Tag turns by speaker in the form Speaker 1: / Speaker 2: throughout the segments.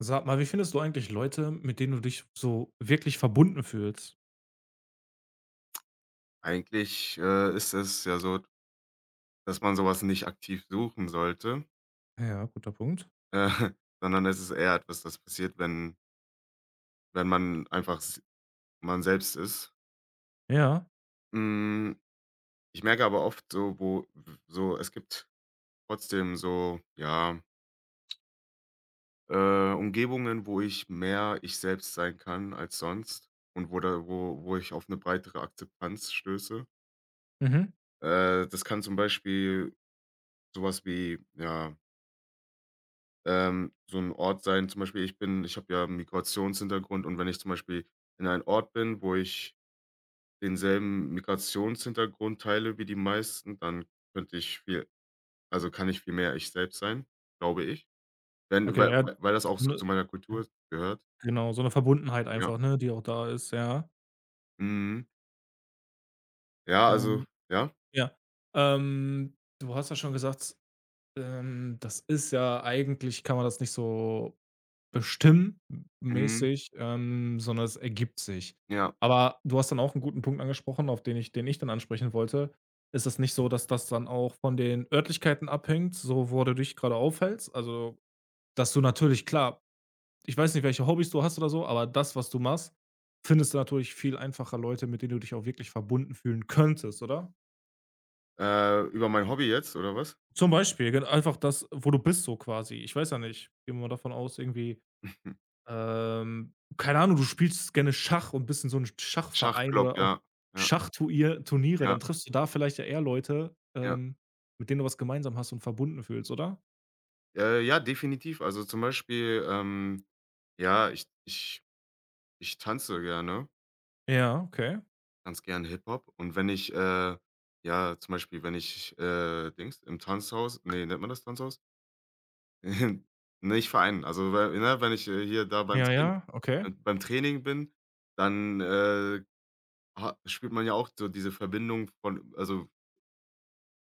Speaker 1: Sag mal, wie findest du eigentlich Leute, mit denen du dich so wirklich verbunden fühlst?
Speaker 2: Eigentlich, ist es ja so, dass man sowas nicht aktiv suchen sollte,
Speaker 1: Ja, guter Punkt.
Speaker 2: äh, sondern es ist eher etwas, das passiert, wenn man einfach s man selbst ist.
Speaker 1: Ja.
Speaker 2: Hm, Ich merke aber oft so, wo so es gibt trotzdem so, ja, Umgebungen, wo ich mehr ich selbst sein kann als sonst und wo da wo wo ich auf eine breitere Akzeptanz stöße.
Speaker 1: Mhm.
Speaker 2: Das kann zum Beispiel sowas wie, ja, so ein Ort sein, zum Beispiel: Ich habe ja 'n Migrationshintergrund, und wenn ich zum Beispiel in einen Ort bin, wo ich denselben Migrationshintergrund teile wie die meisten, dann könnte ich viel also, kann ich viel mehr ich selbst sein, glaube ich. Wenn
Speaker 1: Okay,
Speaker 2: weil
Speaker 1: ja.
Speaker 2: weil weil das auch
Speaker 1: So
Speaker 2: so
Speaker 1: 'ne
Speaker 2: zu meiner
Speaker 1: ja,
Speaker 2: Kultur gehört.
Speaker 1: genau, so 'ne Verbundenheit
Speaker 2: Ja.
Speaker 1: einfach, ne, die auch da ist, ja.
Speaker 2: Mhm. Ja,
Speaker 1: Und
Speaker 2: also ja.
Speaker 1: ja, du hast ja schon gesagt, das ist ja eigentlich kann man das nicht so Bestimmen
Speaker 2: Mhm.
Speaker 1: mäßig, sondern es ergibt sich.
Speaker 2: Ja.
Speaker 1: Aber du hast dann auch einen guten Punkt angesprochen, auf den ich dann ansprechen wollte. Ist es nicht so, dass das dann auch von den Örtlichkeiten abhängt, so wo du dich gerade aufhältst? Also, dass du natürlich klar, ich weiß nicht, welche Hobbys du hast oder so, aber das, was du machst, findest du natürlich viel einfacher Leute, mit denen du dich auch wirklich verbunden fühlen könntest, oder?
Speaker 2: Über mein Hobby jetzt oder was?
Speaker 1: Zum Beispiel, gen einfach das, wo du bist so quasi. Ich weiß ja nicht, gehen wir mal davon aus, irgendwie. Keine Ahnung, du spielst gerne Schach und bist in so 'nem Schachverein
Speaker 2: Schachclub,
Speaker 1: oder auch
Speaker 2: ja. Ja,
Speaker 1: Schachtuier Turniere,
Speaker 2: ja,
Speaker 1: dann triffst du da vielleicht ja eher Leute,
Speaker 2: ja.
Speaker 1: mit denen du was gemeinsam hast und verbunden fühlst, oder?
Speaker 2: Ja, definitiv. Also, zum Beispiel, ja, ich tanze gerne,
Speaker 1: Ja, okay.
Speaker 2: ganz gerne Hip-Hop. Und wenn ich, ja, zum Beispiel, wenn ich, Dings im Tanzhaus, ne, nennt man das Tanzhaus? Nicht Verein. Also, we ne, wenn ich, hier da
Speaker 1: Ja, ja, okay.
Speaker 2: Beim Training bin, dann, ha spürt man ja auch so diese Verbindung von, also,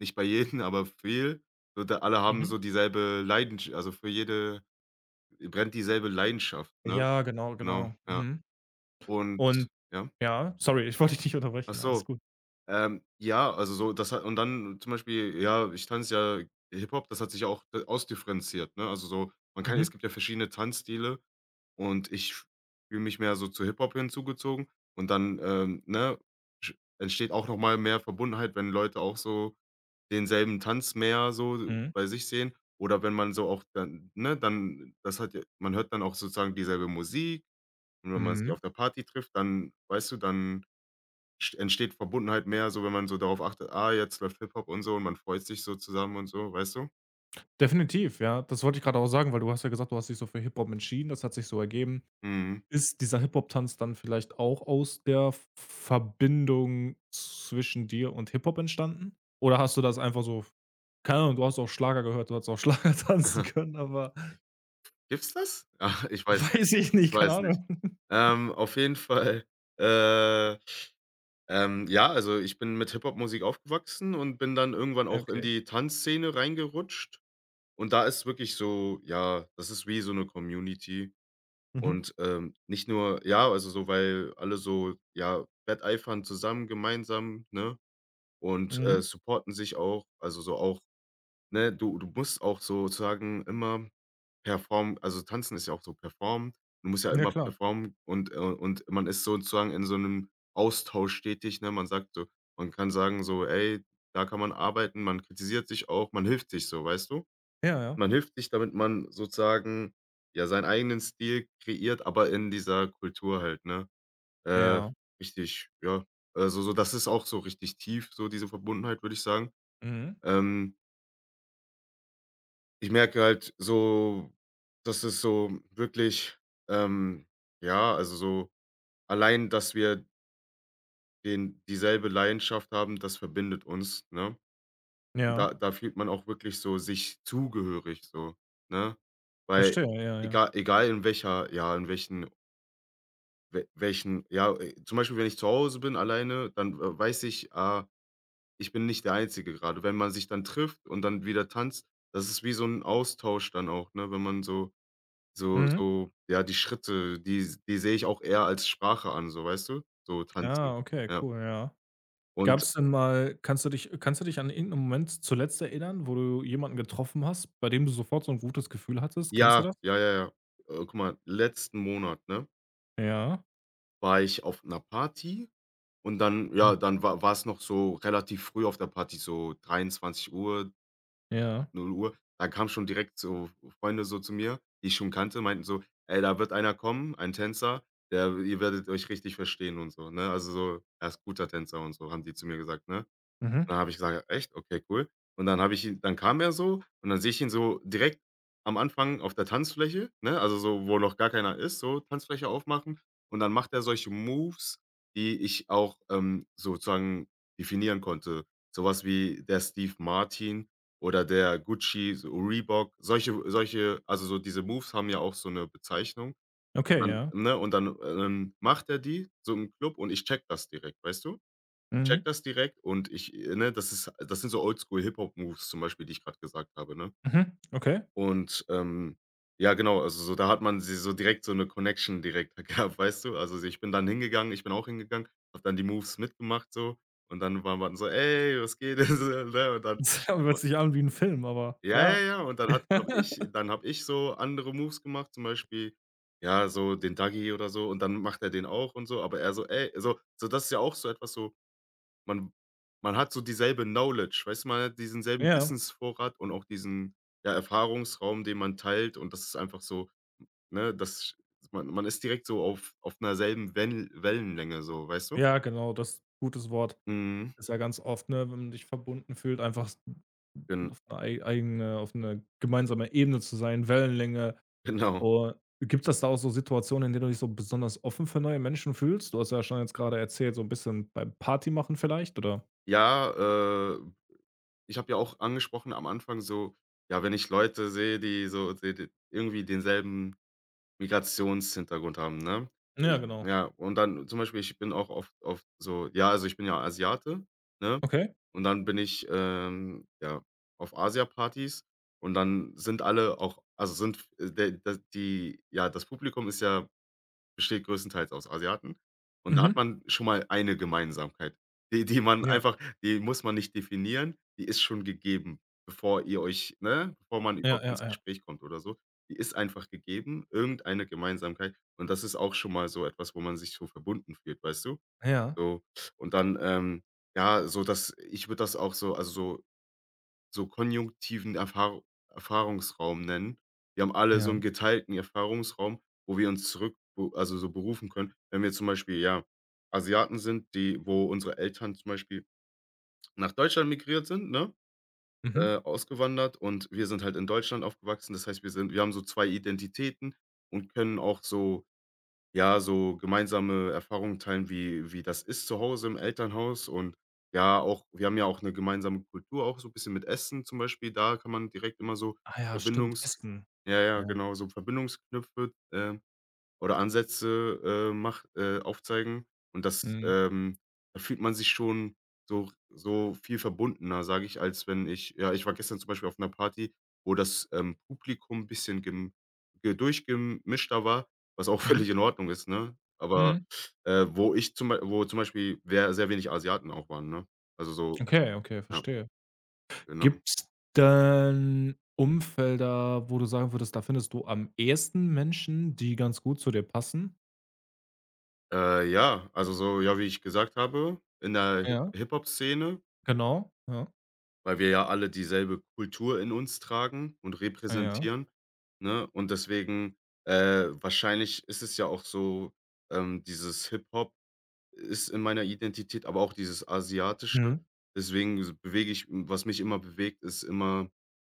Speaker 2: nicht bei jedem, aber viel. So da alle haben
Speaker 1: Mhm.
Speaker 2: so dieselbe für jede brennt dieselbe Leidenschaft, ne?
Speaker 1: Ja, genau,
Speaker 2: Genau,
Speaker 1: genau.
Speaker 2: ja.
Speaker 1: Mhm.
Speaker 2: Und
Speaker 1: Und
Speaker 2: ja?
Speaker 1: ja, sorry, ich wollte dich nicht
Speaker 2: Ach
Speaker 1: unterbrechen, alles
Speaker 2: so.
Speaker 1: gut.
Speaker 2: Ja, also so, das hat und dann zum Beispiel, ja, ich tanze ja Hip-Hop, das hat sich ja auch d ausdifferenziert, ne? Also so, man kann es
Speaker 1: Mhm.
Speaker 2: gibt ja verschiedene Tanzstile, und ich fühle mich mehr so zu Hip-Hop hinzugezogen, und dann, ne, sch entsteht auch noch mal mehr Verbundenheit, wenn Leute auch so denselben Tanz mehr so
Speaker 1: Mhm.
Speaker 2: bei sich sehen, oder wenn man so auch dann, ne, dann das hat ja man hört dann auch sozusagen dieselbe Musik, und wenn man sich
Speaker 1: Mhm.
Speaker 2: auf der Party trifft, dann weißt du, dann st entsteht Verbundenheit mehr, so wenn man so darauf achtet: „Ah, jetzt läuft Hip-Hop und so“, und man freut sich so zusammen und so, weißt du?
Speaker 1: Definitiv, ja. Das wollte ich grade auch sagen, weil du hast ja gesagt, du hast dich so für Hip-Hop entschieden, das hat sich so ergeben.
Speaker 2: Mhm.
Speaker 1: Ist dieser Hip-Hop-Tanz dann vielleicht auch aus der V Verbindung zwischen dir und Hip-Hop entstanden? Oder hast du das einfach so keine Ahnung, du hast auch Schlager gehört, du hast auch Schlager tanzen können, aber
Speaker 2: Gibt's das? Ach, ich weiß nicht,
Speaker 1: weiß ich
Speaker 2: ich
Speaker 1: nicht, keine
Speaker 2: weiß nicht.
Speaker 1: Ahnung.
Speaker 2: Auf jeden Fall, äh, ja, also, ich bin mit Hip-Hop-Musik aufgewachsen und bin dann irgendwann auch in
Speaker 1: Okay.
Speaker 2: die Tanzszene reingerutscht. Und da ist wirklich so, ja, das ist wie so eine Community,
Speaker 1: Mhm.
Speaker 2: und, nicht nur, ja, also so, weil alle so, ja, wetteifern zusammen gemeinsam, ne? Und,
Speaker 1: Mhm.
Speaker 2: supporten sich auch. Also, so auch, ne, du musst auch sozusagen immer performen. Also, Tanzen ist ja auch so performen. Du musst ja
Speaker 1: Ja
Speaker 2: immer
Speaker 1: klar.
Speaker 2: performen, und man ist sozusagen in so einem Austausch stetig, ne? Man kann sagen so: „Ey, da kann man arbeiten.“ Man kritisiert sich auch, man hilft sich so, weißt du?
Speaker 1: Ja, ja.
Speaker 2: Man hilft sich, damit man sozusagen, ja, seinen eigenen Stil kreiert, aber in dieser Kultur halt, ne? Äh,
Speaker 1: Ja.
Speaker 2: Richtig, ja. Also, so das ist auch so richtig tief, so diese Verbundenheit, würde ich sagen.
Speaker 1: Mhm.
Speaker 2: Ähm, Ich merke halt so, dass es so wirklich, ähm, ja, also so allein, dass wir den dieselbe Leidenschaft haben, das verbindet uns, ne? Und
Speaker 1: Ja.
Speaker 2: da fühlt man auch wirklich so sich zugehörig so, ne? Weil
Speaker 1: Verstehe, ja, ja.
Speaker 2: egal in welcher, ja, in welchen we welchen, ja, zum Beispiel, wenn ich zu Hause bin alleine, dann, weiß ich, ah, ich bin nicht der Einzige gerade. Wenn man sich dann trifft und dann wieder tanzt, das ist wie so ein Austausch dann auch, ne, wenn man so.
Speaker 1: Mhm.
Speaker 2: Ja, die Schritte, die sehe ich auch eher als Sprache an, so, weißt du? So tanzen,
Speaker 1: Ja, okay,
Speaker 2: ja.
Speaker 1: cool, ja.
Speaker 2: Und
Speaker 1: Gab's denn mal kannst du dich an irgend Moment zuletzt erinnern, wo du jemanden getroffen hast, bei dem du sofort so ein gutes Gefühl hattest? Kennst du
Speaker 2: ja,
Speaker 1: das?
Speaker 2: ja, ja, ja. Guck mal, letzten Monat, ne,
Speaker 1: Ja.
Speaker 2: war ich auf einer Party, und dann, ja, dann war es noch so relativ früh auf der Party, so 23 Uhr,
Speaker 1: Ja.
Speaker 2: 0 Uhr. Da kamen schon direkt so Freunde so zu mir, die ich schon kannte, meinten so: „Ey, da wird einer kommen, ein Tänzer, der ihr werdet euch richtig verstehen“ und so, ne? Also so, er ist guter Tänzer und so, haben die zu mir gesagt, ne?
Speaker 1: Mhm.
Speaker 2: Dann habe ich gesagt: „Echt? Okay, cool.“ Und dann habe ich ihn dann kam er so, und dann sehe ich ihn so direkt am Anfang auf der Tanzfläche, ne, also so, wo noch gar keiner ist, so Tanzfläche aufmachen. Und dann macht er solche Moves, die ich auch, sozusagen definieren konnte. So was wie der Steve Martin oder der Gucci, so Reebok, solche also so diese Moves haben ja auch so 'ne Bezeichnung. Und
Speaker 1: Okay,
Speaker 2: dann,
Speaker 1: ja.
Speaker 2: ne, macht er die so im Club, und ich checke das direkt, weißt du? Check
Speaker 1: Mhm.
Speaker 2: das direkt Und ich, ne, das sind so Oldschool-Hip-Hop-Moves zum Beispiel, die ich gerade gesagt habe, ne?
Speaker 1: Mhm. Okay.
Speaker 2: Und, ja, genau, also so da hat man sie so direkt so eine Connection direkt gehabt, weißt du? Also, ich bin auch hingegangen, habe dann die Moves mitgemacht so, und dann waren wir dann so: „Ey, was geht?“ ne? Und dann,
Speaker 1: Das hört sich an wie ein Film, aber
Speaker 2: ja, ja,
Speaker 1: ja.
Speaker 2: ja, und dann hat habe ich dann habe ich so andere Moves gemacht, zum Beispiel, ja, so den Dagi oder so, und dann macht er den auch und so, aber er so: „Ey“, so das ist ja auch so etwas, so man man hat so dieselbe Knowledge, weißt du? Man hat diesen selben
Speaker 1: Ja.
Speaker 2: Wissensvorrat und auch diesen, ja, Erfahrungsraum, den man teilt, und das ist einfach so, ne, das man ist direkt so auf 'ner selben Wellenlänge so, weißt du?
Speaker 1: Ja, genau, das ist ein gutes Wort.
Speaker 2: Mhm,
Speaker 1: Ist ja ganz oft, ne, wenn man sich verbunden fühlt, einfach
Speaker 2: gen
Speaker 1: auf eine ei eigene auf 'ne gemeinsame Ebene zu sein, Wellenlänge.
Speaker 2: genau.
Speaker 1: Oder gibt es da auch so Situationen, in denen du dich so besonders offen für neue Menschen fühlst? Du hast ja schon jetzt gerade erzählt, so ein bisschen beim Partymachen vielleicht, oder?
Speaker 2: Ja, äh, ich habe ja auch angesprochen am Anfang so, ja, wenn ich Leute sehe, die so de de irgendwie denselben Migrationshintergrund haben, ne?
Speaker 1: Ja, genau.
Speaker 2: Ja, und dann zum Beispiel, ich bin auch oft so, ja, also, ich bin ja Asiate, ne?
Speaker 1: Okay.
Speaker 2: Und dann bin ich, ja, auf Asiapartys, und dann sind alle auch, also sind, der das die ja, das Publikum ist ja besteht größtenteils aus Asiaten, und da hat
Speaker 1: Mhm.
Speaker 2: man schon mal eine Gemeinsamkeit, die die man
Speaker 1: Ja.
Speaker 2: einfach die muss man nicht definieren, die ist schon gegeben, bevor ihr euch ne, bevor man
Speaker 1: Ja,
Speaker 2: überhaupt
Speaker 1: ja,
Speaker 2: ins
Speaker 1: ja.
Speaker 2: Gespräch kommt oder so. Die ist einfach gegeben, irgendeine Gemeinsamkeit, und das ist auch schon mal so etwas, wo man sich so verbunden fühlt, weißt du?
Speaker 1: Ja.
Speaker 2: So, und dann, ja, so dass ich würde das auch so, also, so so konjunktiven Erfahrungsraum nennen. Wir haben alle so einen
Speaker 1: Ja.
Speaker 2: geteilten Erfahrungsraum, wo wir uns zurück wo also, so berufen können, wenn wir zum Beispiel, ja, Asiaten sind, die wo unsere Eltern zum Beispiel nach Deutschland migriert sind, ne,
Speaker 1: Mhm.
Speaker 2: ausgewandert, und wir sind halt in Deutschland aufgewachsen. Das heißt, wir haben so 2 Identitäten und können auch so, ja, so gemeinsame Erfahrungen teilen, wie das ist zu Hause im Elternhaus, und ja, auch wir haben ja auch eine gemeinsame Kultur, auch so 'n bisschen mit Essen zum Beispiel. Da kann man direkt immer so
Speaker 1: Ah ja, stimmt,
Speaker 2: Verbindungs
Speaker 1: Essen.
Speaker 2: ja, ja,
Speaker 1: Ja.
Speaker 2: genau, so Verbindungsknüpfe, oder Ansätze, mach aufzeigen, und das,
Speaker 1: Mhm.
Speaker 2: da fühlt man sich schon so viel verbundener, sage ich, als wenn ich ja, ich war gestern zum Beispiel auf einer Party, wo das, Publikum ein bisschen gem ge durchgemischter war, was auch
Speaker 1: Mhm.
Speaker 2: völlig in Ordnung ist, ne? Aber,
Speaker 1: Mhm.
Speaker 2: wo ich zum Beispiel wer sehr wenig Asiaten auch waren, ne? Also so,
Speaker 1: Okay, okay,
Speaker 2: ja,
Speaker 1: verstehe.
Speaker 2: genau.
Speaker 1: Gibt's denn Umfelder, wo du sagen würdest, da findest du am ehesten Menschen, die ganz gut zu dir passen?
Speaker 2: Ja, also so, ja, wie ich gesagt habe, in der
Speaker 1: Ja.
Speaker 2: Hip-Hop-Szene.
Speaker 1: Genau, ja.
Speaker 2: Weil wir ja alle dieselbe Kultur in uns tragen und
Speaker 1: Ah ja.
Speaker 2: repräsentieren, ne? Und deswegen, wahrscheinlich ist es ja auch so, dieses Hip-Hop ist in meiner Identität, aber auch dieses Asiatische.
Speaker 1: Mhm.
Speaker 2: Deswegen s bewege ich was mich immer bewegt, ist immer,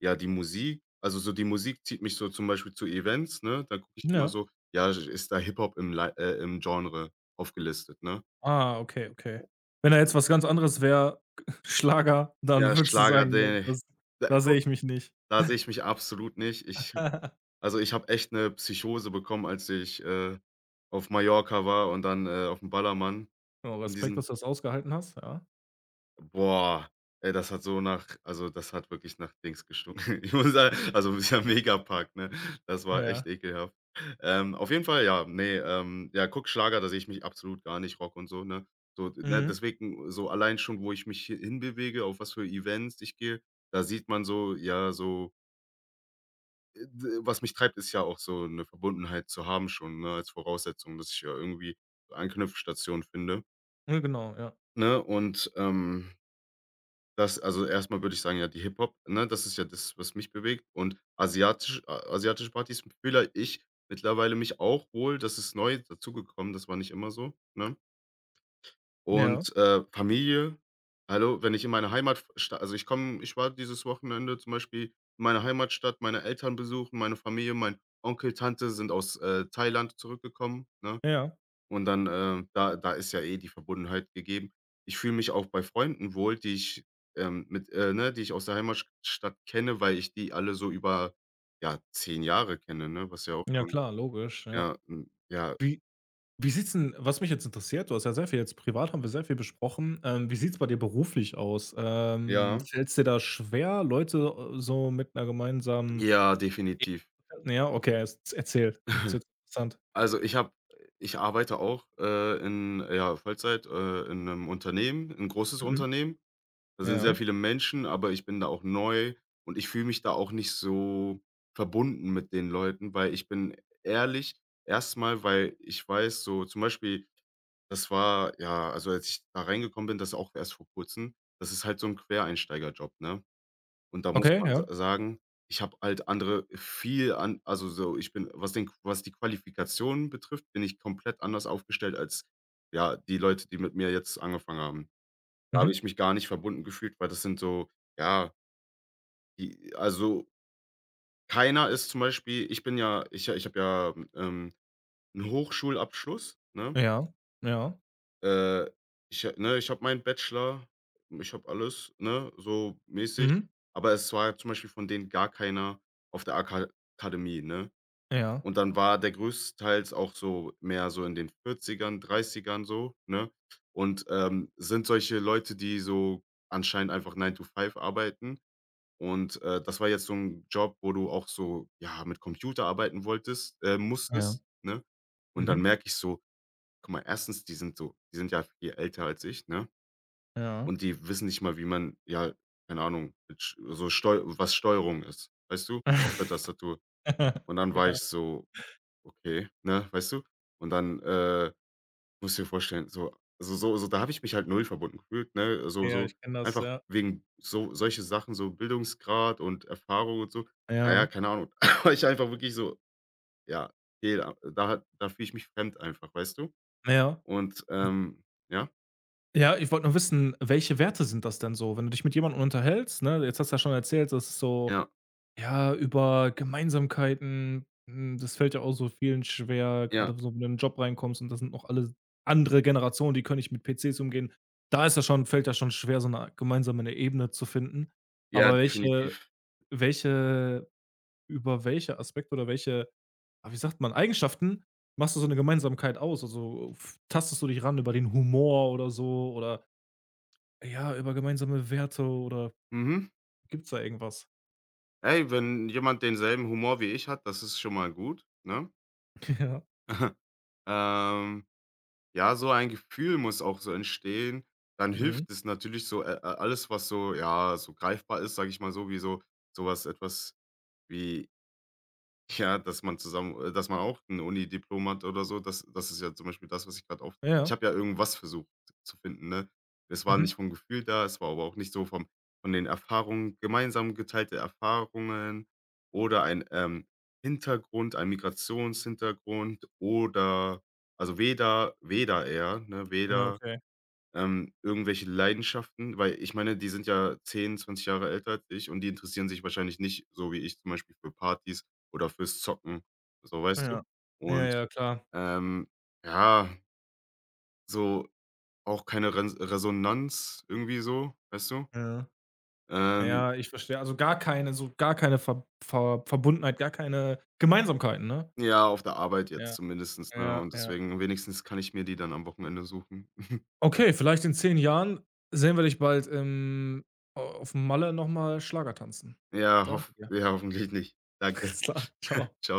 Speaker 2: ja, die Musik. Also, so die Musik zieht mich so zum Beispiel zu Events, ne? Da gucke ich immer
Speaker 1: Ja.
Speaker 2: so, ja, ist da Hip-Hop im Lei im Genre aufgelistet, ne?
Speaker 1: Ah, okay, okay. Wenn da jetzt was ganz anderes wäre, Schlager, dann
Speaker 2: Ja,
Speaker 1: würdest du
Speaker 2: Schlager,
Speaker 1: sagen, ne,
Speaker 2: den
Speaker 1: das
Speaker 2: da
Speaker 1: da sehe
Speaker 2: guck,
Speaker 1: ich mich nicht.
Speaker 2: da sehe ich mich absolut nicht. Ich. Also, ich habe echt eine Psychose bekommen, als ich, auf Mallorca war und dann, auf dem Ballermann
Speaker 1: Oh,
Speaker 2: in
Speaker 1: Respekt, dass
Speaker 2: diesen,
Speaker 1: du das ausgehalten hast, ja.
Speaker 2: boah, ey, das hat wirklich nach Dings gestunken. Ich muss sagen, also, dieser Megapark, ne? Das war
Speaker 1: Ja.
Speaker 2: echt ekelhaft. Auf jeden Fall, ja, ne, ja, guck, Schlager, da sehe ich mich absolut gar nicht, Rock und so, ne? So, ne,
Speaker 1: Mhm.
Speaker 2: deswegen so allein schon, wo ich mich hi hinbewege, auf was für Events ich gehe, da sieht man so, ja, so. D Was mich treibt, ist ja auch so eine Verbundenheit zu haben schon, ne, als Voraussetzung, dass ich ja irgendwie Anknüpfstationen finde,
Speaker 1: Ja, genau, ja.
Speaker 2: ne? Und, das also, erstmal würde ich sagen, ja, die Hip-Hop, ne, das ist ja das, was mich bewegt, und asiatisch a asiatische Partys fühle ich mittlerweile mich auch wohl. Das ist neu dazugekommen, das war nicht immer so, ne?
Speaker 1: Ja,
Speaker 2: Und, Familie, hallo, wenn ich in meine Heimatstadt ich war dieses Wochenende zum Beispiel in meiner Heimatstadt, meine Eltern besuchen, meine Familie, mein Onkel, Tante sind aus, Thailand zurückgekommen, ne?
Speaker 1: ja.
Speaker 2: Und dann, da ist ja eh die Verbundenheit gegeben. Ich fühle mich auch bei Freunden wohl, die ich, die ich aus der Heimatstadt kenne, weil ich die alle so über, ja, 10 Jahre kenne, ne, was ja auch
Speaker 1: Ja
Speaker 2: schon
Speaker 1: klar, logisch, ja.
Speaker 2: ja, hm, ja,
Speaker 1: Wie wie sieht's denn? Was mich jetzt interessiert, du hast ja sehr viel jetzt privat haben wir sehr viel besprochen. Wie sieht's bei dir beruflich aus?
Speaker 2: ja,
Speaker 1: Fällt's dir da schwer, Leute, so mit einer gemeinsamen
Speaker 2: ja, definitiv.
Speaker 1: J ja, okay, erst erzähl. Jetzt wird's interessant.
Speaker 2: Also, ich habe Ich arbeite auch, in ja, Vollzeit, in einem Unternehmen, ein großes
Speaker 1: Mhm.
Speaker 2: Unternehmen. Da sind sehr
Speaker 1: Ja.
Speaker 2: viele Menschen, aber ich bin da auch neu und ich fühle mich da auch nicht so verbunden mit den Leuten, weil ich bin ehrlich, erstmal, weil ich weiß so zum Beispiel, das war ja, also, als ich da reingekommen bin, das auch erst vor Kurzem, das ist halt so ein Quereinsteigerjob, ne? Und da muss
Speaker 1: Okay,
Speaker 2: man sa
Speaker 1: ja.
Speaker 2: sagen, ich habe halt andere viel an, also so, ich bin, was den was die Qualifikationen betrifft, bin ich komplett anders aufgestellt als, ja, die Leute, die mit mir jetzt angefangen haben. Da habe
Speaker 1: Mhm.
Speaker 2: ich mich gar nicht verbunden gefühlt, weil das sind so, ja, die also, keiner ist zum Beispiel, ich bin ja, ich habe ja, 'n Hochschulabschluss, ne?
Speaker 1: Ja. Ja.
Speaker 2: Äh, ich habe meinen Bachelor, ich habe alles, ne, so mäßig,
Speaker 1: Mhm.
Speaker 2: aber es war zum Beispiel von denen gar keiner auf der Akademie, ne?
Speaker 1: Ja.
Speaker 2: Und dann war der größtenteils auch so, mehr so in den vierzigern, dreißigern so, ne? Und, sind solche Leute, die so anscheinend einfach Nine to Five arbeiten. Und, das war jetzt so ein Job, wo du auch so, ja, mit Computer arbeiten wolltest
Speaker 1: Ja.
Speaker 2: musstest, ne? Und dann
Speaker 1: Mhm.
Speaker 2: merke ich so, guck mal, erstens, die sind ja viel älter als ich, ne?
Speaker 1: Ja.
Speaker 2: Und die wissen nicht mal, wie man ja, keine Ahnung, mit sch so Steu was Steuerung ist, weißt du, auf der Tastatur. Und dann war
Speaker 1: Ja.
Speaker 2: ich so: „Okay“, ne, weißt du? Und dann, musst du dir vorstellen, so da habe ich mich halt null verbunden gefühlt, ne? So
Speaker 1: Ja,
Speaker 2: so,
Speaker 1: ich kenne das,
Speaker 2: einfach
Speaker 1: ja.
Speaker 2: wegen so solche Sachen, so Bildungsgrad und Erfahrung und so. Naja,
Speaker 1: Ja.
Speaker 2: keine Ahnung, war ich einfach wirklich so, ja, fehl, da fühle ich mich fremd einfach, weißt du?
Speaker 1: Ja.
Speaker 2: Und,
Speaker 1: Hm,
Speaker 2: ähm, ja,
Speaker 1: ja, ich wollte nur wissen, welche Werte sind das denn so? Wenn du dich mit jemandem unterhältst, ne? Jetzt hast du ja schon erzählt, dass es so
Speaker 2: ja.
Speaker 1: ja, über Gemeinsamkeiten, hm, das fällt ja auch so vielen schwer,
Speaker 2: Ja,
Speaker 1: gerade so wenn du in 'nen Job reinkommst und das sind noch alle andere Generationen, die können nicht mit PCs umgehen. Da ist das schon fällt das schon schwer, so 'ne gemeinsame Ebene zu finden.
Speaker 2: ja,
Speaker 1: Aber welche
Speaker 2: definitiv.
Speaker 1: welche über welche Aspekte oder welche, ah, wie sagt man, Eigenschaften machst du so 'ne Gemeinsamkeit aus? Also, f tastest du dich ran über den Humor oder so oder, ja, über gemeinsame Werte oder
Speaker 2: Mhm.
Speaker 1: gibt's da irgendwas?
Speaker 2: Ey, wenn jemand denselben Humor wie ich hat, das ist schon mal gut, ne?
Speaker 1: Ja.
Speaker 2: Ähm, ja, so ein Gefühl muss auch so entstehen. Dann
Speaker 1: Mhm.
Speaker 2: hilft es natürlich so, alles, was so ja, so greifbar ist, sage ich mal so, wie so sowas, etwas wie, ja, dass man zusammen dass man auch 'n Unidiplom hat oder so, das ist ja zum Beispiel das, was ich gerade auf, ich
Speaker 1: Ja.
Speaker 2: habe ja irgendwas versucht zu finden, ne? Es war
Speaker 1: Mhm.
Speaker 2: nicht vom Gefühl da, es war aber auch nicht so vom, von den Erfahrungen, gemeinsam geteilte Erfahrungen oder ein, Hintergrund, ein Migrationshintergrund oder, also weder weder eher, ne,
Speaker 1: Ja,
Speaker 2: weder,
Speaker 1: okay.
Speaker 2: irgendwelche Leidenschaften? Weil ich meine, die sind ja 10, 20 Jahre älter als ich und die interessieren sich wahrscheinlich nicht so wie ich zum Beispiel für Partys oder fürs Zocken, so, weißt du?
Speaker 1: Ja. Ja,
Speaker 2: Und,
Speaker 1: ja, klar.
Speaker 2: ähm, ja, so auch keine Ren Resonanz irgendwie so, weißt du?
Speaker 1: Ja.
Speaker 2: Ähm,
Speaker 1: Ja, ich verstehe. Also, gar keine so gar keine Ver Ver Verbundenheit, gar keine Gemeinsamkeiten, ne?
Speaker 2: ja, auf der Arbeit jetzt
Speaker 1: Ja,
Speaker 2: zumindestens, ne?
Speaker 1: ja,
Speaker 2: Und
Speaker 1: ja.
Speaker 2: deswegen wenigstens kann ich mir die dann am Wochenende suchen.
Speaker 1: Okay, vielleicht in 10 Jahren sehen wir dich bald im au auf Malle noch mal Schlager tanzen.
Speaker 2: Ja,
Speaker 1: Danke dir.
Speaker 2: hoffentlich nicht. Danke.
Speaker 1: Bis dann.
Speaker 2: Tschau.
Speaker 1: Tschau.